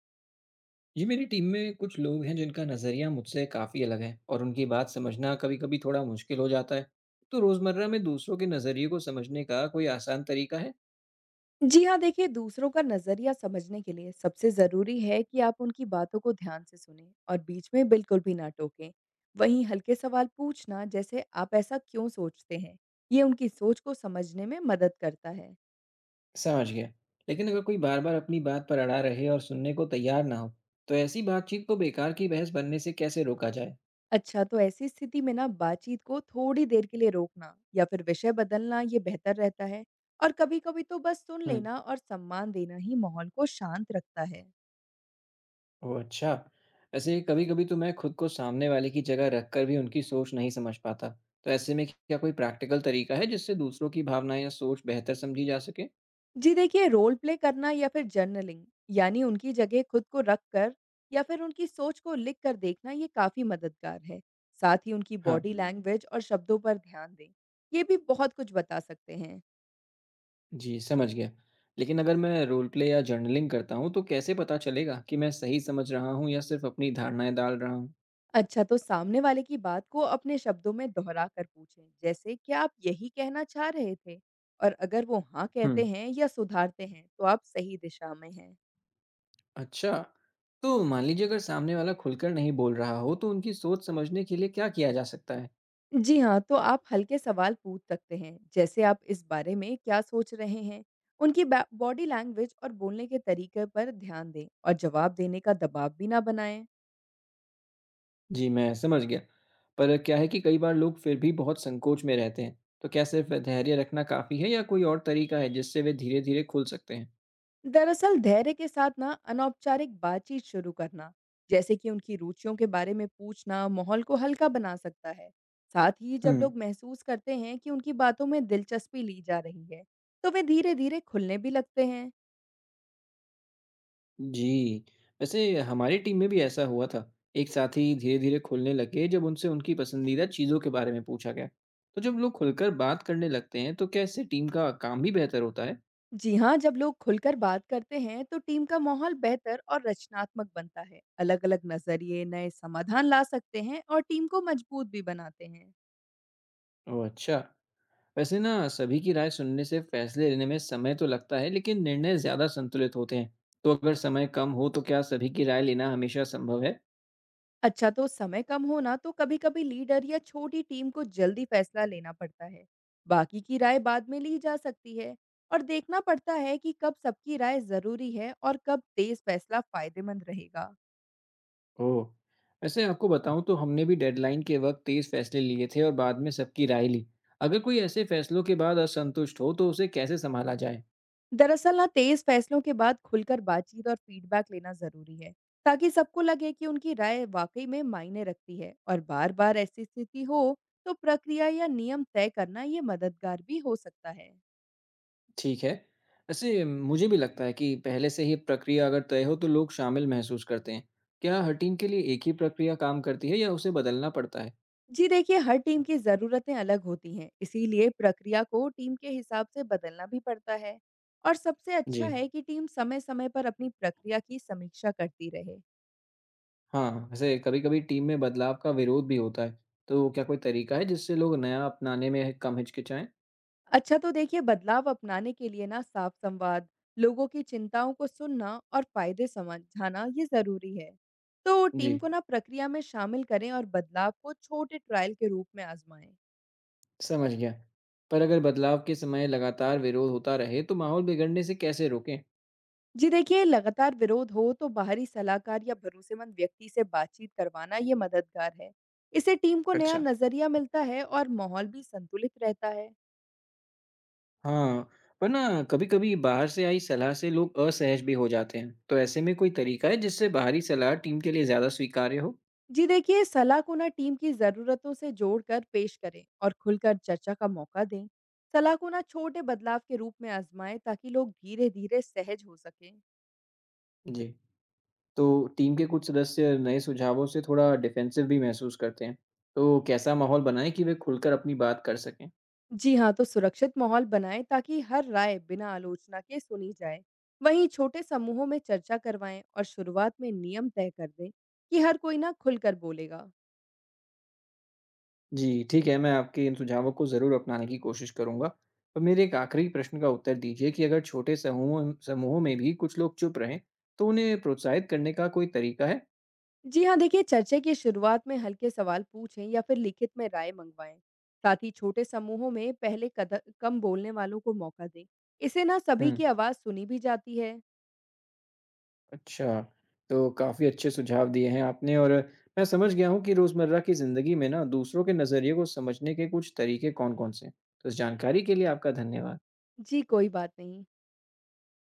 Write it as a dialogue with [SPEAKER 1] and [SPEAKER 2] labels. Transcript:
[SPEAKER 1] जी, मेरी टीम में कुछ लोग हैं जिनका नज़रिया मुझसे काफ़ी अलग है और उनकी बात समझना कभी-कभी थोड़ा मुश्किल हो जाता है। तो रोज़मर्रा में दूसरों के नज़रिए को समझने का कोई आसान तरीका है?
[SPEAKER 2] जी हाँ, देखिए दूसरों का नज़रिया समझने के लिए सबसे ज़रूरी है कि आप उनकी बातों को ध्यान से सुनें और बीच में बिल्कुल भी ना टोकें। वहीं हल्के सवाल पूछना जैसे आप ऐसा क्यों सोचते हैं, ये उनकी सोच को समझने में मदद करता है।
[SPEAKER 1] समझ गया। लेकिन अगर कोई बार-बार अपनी बात पर अड़ा रहे और सुनने को तैयार ना हो, तो ऐसी बातचीत को बेकार की बहस बनने से कैसे रोका जाए?
[SPEAKER 2] अच्छा तो ऐसी स्थिति में ना बातचीत को थोड़ी देर के लिए रोकना या फिर विषय बदलना ये बेहतर रहता है। और कभी-कभी तो बस सुन
[SPEAKER 1] हुँ,
[SPEAKER 2] लेना और सम्मान देना ही माहौल को शांत रखता है।
[SPEAKER 1] ओह अच्छा। वैसे कभी-कभी तो मैं खुद को सामने वाले की जगह रखकर भी उनकी सोच नहीं समझ पाता। तो ऐसे में क्या कोई प्रैक्टिकल तरीका है जिससे दूसरों की भावनाएँ या सोच बेहतर समझी जा सके?
[SPEAKER 2] जी देखिए, रोल प्ले करना या फिर जर्नलिंग यानी उनकी जगह खुद को रख कर या फिर उनकी सोच को लिख कर देखना ये काफ़ी मददगार है। साथ ही उनकी
[SPEAKER 1] हाँ।
[SPEAKER 2] बॉडी लैंग्वेज और शब्दों पर ध्यान दें, ये भी बहुत कुछ बता सकते हैं।
[SPEAKER 1] जी, समझ गया। लेकिन अगर मैं रोल प्ले या जर्नलिंग करता हूँ, तो कैसे पता चलेगा कि मैं सही समझ रहा हूँ या सिर्फ़ अपनी धारणाएँ डाल रहा हूँ?
[SPEAKER 2] अच्छा तो सामने वाले की बात को अपने शब्दों में दोहरा कर पूछें, जैसे क्या आप यही कहना चाह रहे थे? और अगर वो हाँ
[SPEAKER 1] हुँ।
[SPEAKER 2] कहते हैं या सुधारते हैं, तो आप सही दिशा में हैं।
[SPEAKER 1] अच्छा, तो मान लीजिए अगर सामने वाला खुलकर नहीं बोल रहा हो, तो उनकी सोच समझने के लिए क्या किया जा सकता है?
[SPEAKER 2] जी हाँ, तो आप हल्के सवाल पूछ सकते हैं, जैसे आप इस बारे में क्या सोच रहे हैं? उनकी बै बॉडी लैंग्वेज और बोलने के तरीके पर ध्यान दें और जवाब देने का दबाव भी ना बनाएं।
[SPEAKER 1] जी, मैं समझ गया। पर क्या है कि कई बार लोग फिर भी बहुत संकोच में रहते हैं। तो क्या सिर्फ़ धैर्य रखना काफ़ी है या कोई और तरीका है जिससे वे धीरे-धीरे खुल सकते हैं?
[SPEAKER 2] दरअसल धैर्य के साथ ना अनौपचारिक बातचीत शुरू करना, जैसे कि उनकी रुचियों के बारे में पूछना, माहौल को हल्का बना सकता है। साथ ही जब
[SPEAKER 1] हुँ।
[SPEAKER 2] लोग महसूस करते हैं कि उनकी बातों में दिलचस्पी ली जा रही है, तो वे धीरे-धीरे खुलने भी लगते हैं।
[SPEAKER 1] जी, वैसे हमारी टीम में भी ऐसा हुआ था। एक साथी धीरे-धीरे खुलने लगे जब उनसे उनकी पसंदीदा चीज़ों के बारे में पूछा गया। तो जब लोग खुलकर बात करने लगते हैं, तो क्या इससे टीम का काम भी बेहतर होता है?
[SPEAKER 2] जी हाँ, जब लोग खुलकर बात करते हैं तो टीम का माहौल बेहतर और रचनात्मक बनता है। अलग अलग नजरिए नए समाधान ला सकते हैं और टीम को मजबूत भी बनाते हैं।
[SPEAKER 1] ओह अच्छा। वैसे ना सभी की राय सुनने से फैसले लेने में समय तो लगता है, लेकिन निर्णय ज़्यादा संतुलित होते हैं। तो अगर समय कम हो, तो क्या सभी की राय लेना हमेशा संभव है?
[SPEAKER 2] अच्छा, तो समय कम होना तो कभी कभी लीडर या छोटी टीम को जल्दी फैसला लेना पड़ता है। बाकी की राय बाद में ली जा सकती है और देखना पड़ता है कि कब सबकी राय जरूरी है और कब तेज फैसला फायदेमंद रहेगा।
[SPEAKER 1] ओह! वैसे आपको बताऊँ तो हमने भी डेडलाइन के वक़्त तेज़ फैसले लिए थे और बाद में सबकी राय ली। अगर कोई ऐसे फैसलों के बाद असंतुष्ट हो तो उसे कैसे सँभाला जाए?
[SPEAKER 2] दरअसल ना तेज फैसलों के बाद खुलकर बातचीत और फीडबैक लेना जरूरी है, ताकि सबको लगे कि उनकी राय वाकई में मायने रखती है। और बार बार ऐसी स्थिति हो तो प्रक्रिया या नियम तय करना ये मददगार भी हो सकता है।
[SPEAKER 1] ठीक है। वैसे मुझे भी लगता है कि पहले से ही प्रक्रिया अगर तय हो तो लोग शामिल महसूस करते हैं। क्या हर टीम के लिए एक ही प्रक्रिया काम करती है या उसे बदलना पड़ता है?
[SPEAKER 2] जी देखिए, हर टीम की ज़रूरतें अलग होती हैं, इसीलिए प्रक्रिया को टीम के हिसाब से बदलना भी पड़ता है। और सबसे
[SPEAKER 1] जी।
[SPEAKER 2] अच्छा है कि टीम समय समय पर अपनी प्रक्रिया की समीक्षा करती रहे।
[SPEAKER 1] हाँ, वैसे कभी-कभी टीम में बदलाव का विरोध भी होता है। तो क्या कोई तरीका है जिससे लोग नया अपनाने में कम हिचकिचाएँ?
[SPEAKER 2] अच्छा तो देखिए, बदलाव अपनाने के लिए ना साफ संवाद, लोगों की चिंताओं को सुनना और फायदे समझाना ये जरूरी है। तो टीम
[SPEAKER 1] जी।
[SPEAKER 2] को ना प्रक्रिया में शामिल करें और बदलाव को छोटे ट्रायल के रूप में आजमाएं।
[SPEAKER 1] समझ गया। पर अगर बदलाव के समय लगातार विरोध होता रहे तो माहौल बिगड़ने से कैसे रोकें?
[SPEAKER 2] जी देखिए, लगातार विरोध हो तो बाहरी सलाहकार या भरोसेमंद व्यक्ति से बातचीत करवाना ये मददगार है। इससे टीम को नया
[SPEAKER 1] अच्छा,
[SPEAKER 2] नजरिया मिलता है और माहौल भी संतुलित रहता है।
[SPEAKER 1] हाँ, पर ना कभी-कभी बाहर से आई सलाह से लोग असहज भी हो जाते हैं। तो ऐसे में कोई तरीका है जिससे बाहरी सलाह टीम के लिए ज़्यादा स्वीकार्य हो?
[SPEAKER 2] जी देखिए, सलाह को ना टीम की ज़रूरतों से जोड़कर पेश करें और खुलकर चर्चा का मौका दें। सलाह को ना छोटे बदलाव के रूप में आजमाएं ताकि लोग धीरे धीरे सहज हो सकें।
[SPEAKER 1] जी। तो टीम के कुछ सदस्य नए सुझावों से थोड़ा डिफेंसिव भी महसूस करते हैं। तो कैसा माहौल बनाएं कि वे खुलकर अपनी बात कर सकें?
[SPEAKER 2] जी हाँ, तो सुरक्षित माहौल बनाएं ताकि हर राय बिना आलोचना के सुनी जाए। वहीं छोटे समूहों में चर्चा करवाएं और शुरुआत में नियम तय कर दें कि हर कोई ना खुलकर बोलेगा।
[SPEAKER 1] जी, ठीक है, मैं आपके इन सुझावों को ज़रूर अपनाने की कोशिश करूँगा। तो मेरे एक आखिरी प्रश्न का उत्तर दीजिए कि अगर छोटे समूहों में भी कुछ लोग चुप रहें, तो उन्हें प्रोत्साहित करने का कोई तरीका है?
[SPEAKER 2] जी हाँ, देखिए चर्चा की शुरुआत में हल्के सवाल पूछें या फिर लिखित में राय मंगवाएं। साथ ही छोटे समूहों में पहले कद कम बोलने वालों को मौका दें। इससे ना
[SPEAKER 1] हुँ,
[SPEAKER 2] सभी की आवाज़ सुनी भी जाती है।
[SPEAKER 1] अच्छा, तो काफ़ी अच्छे सुझाव दिए हैं आपने और मैं समझ गया हूँ कि रोज़मर्रा की ज़िंदगी में ना दूसरों के नज़रिए को समझने के कुछ तरीके कौन-कौन से हैं। तो इस जानकारी के लिए आपका धन्यवाद।
[SPEAKER 2] जी, कोई बात नहीं।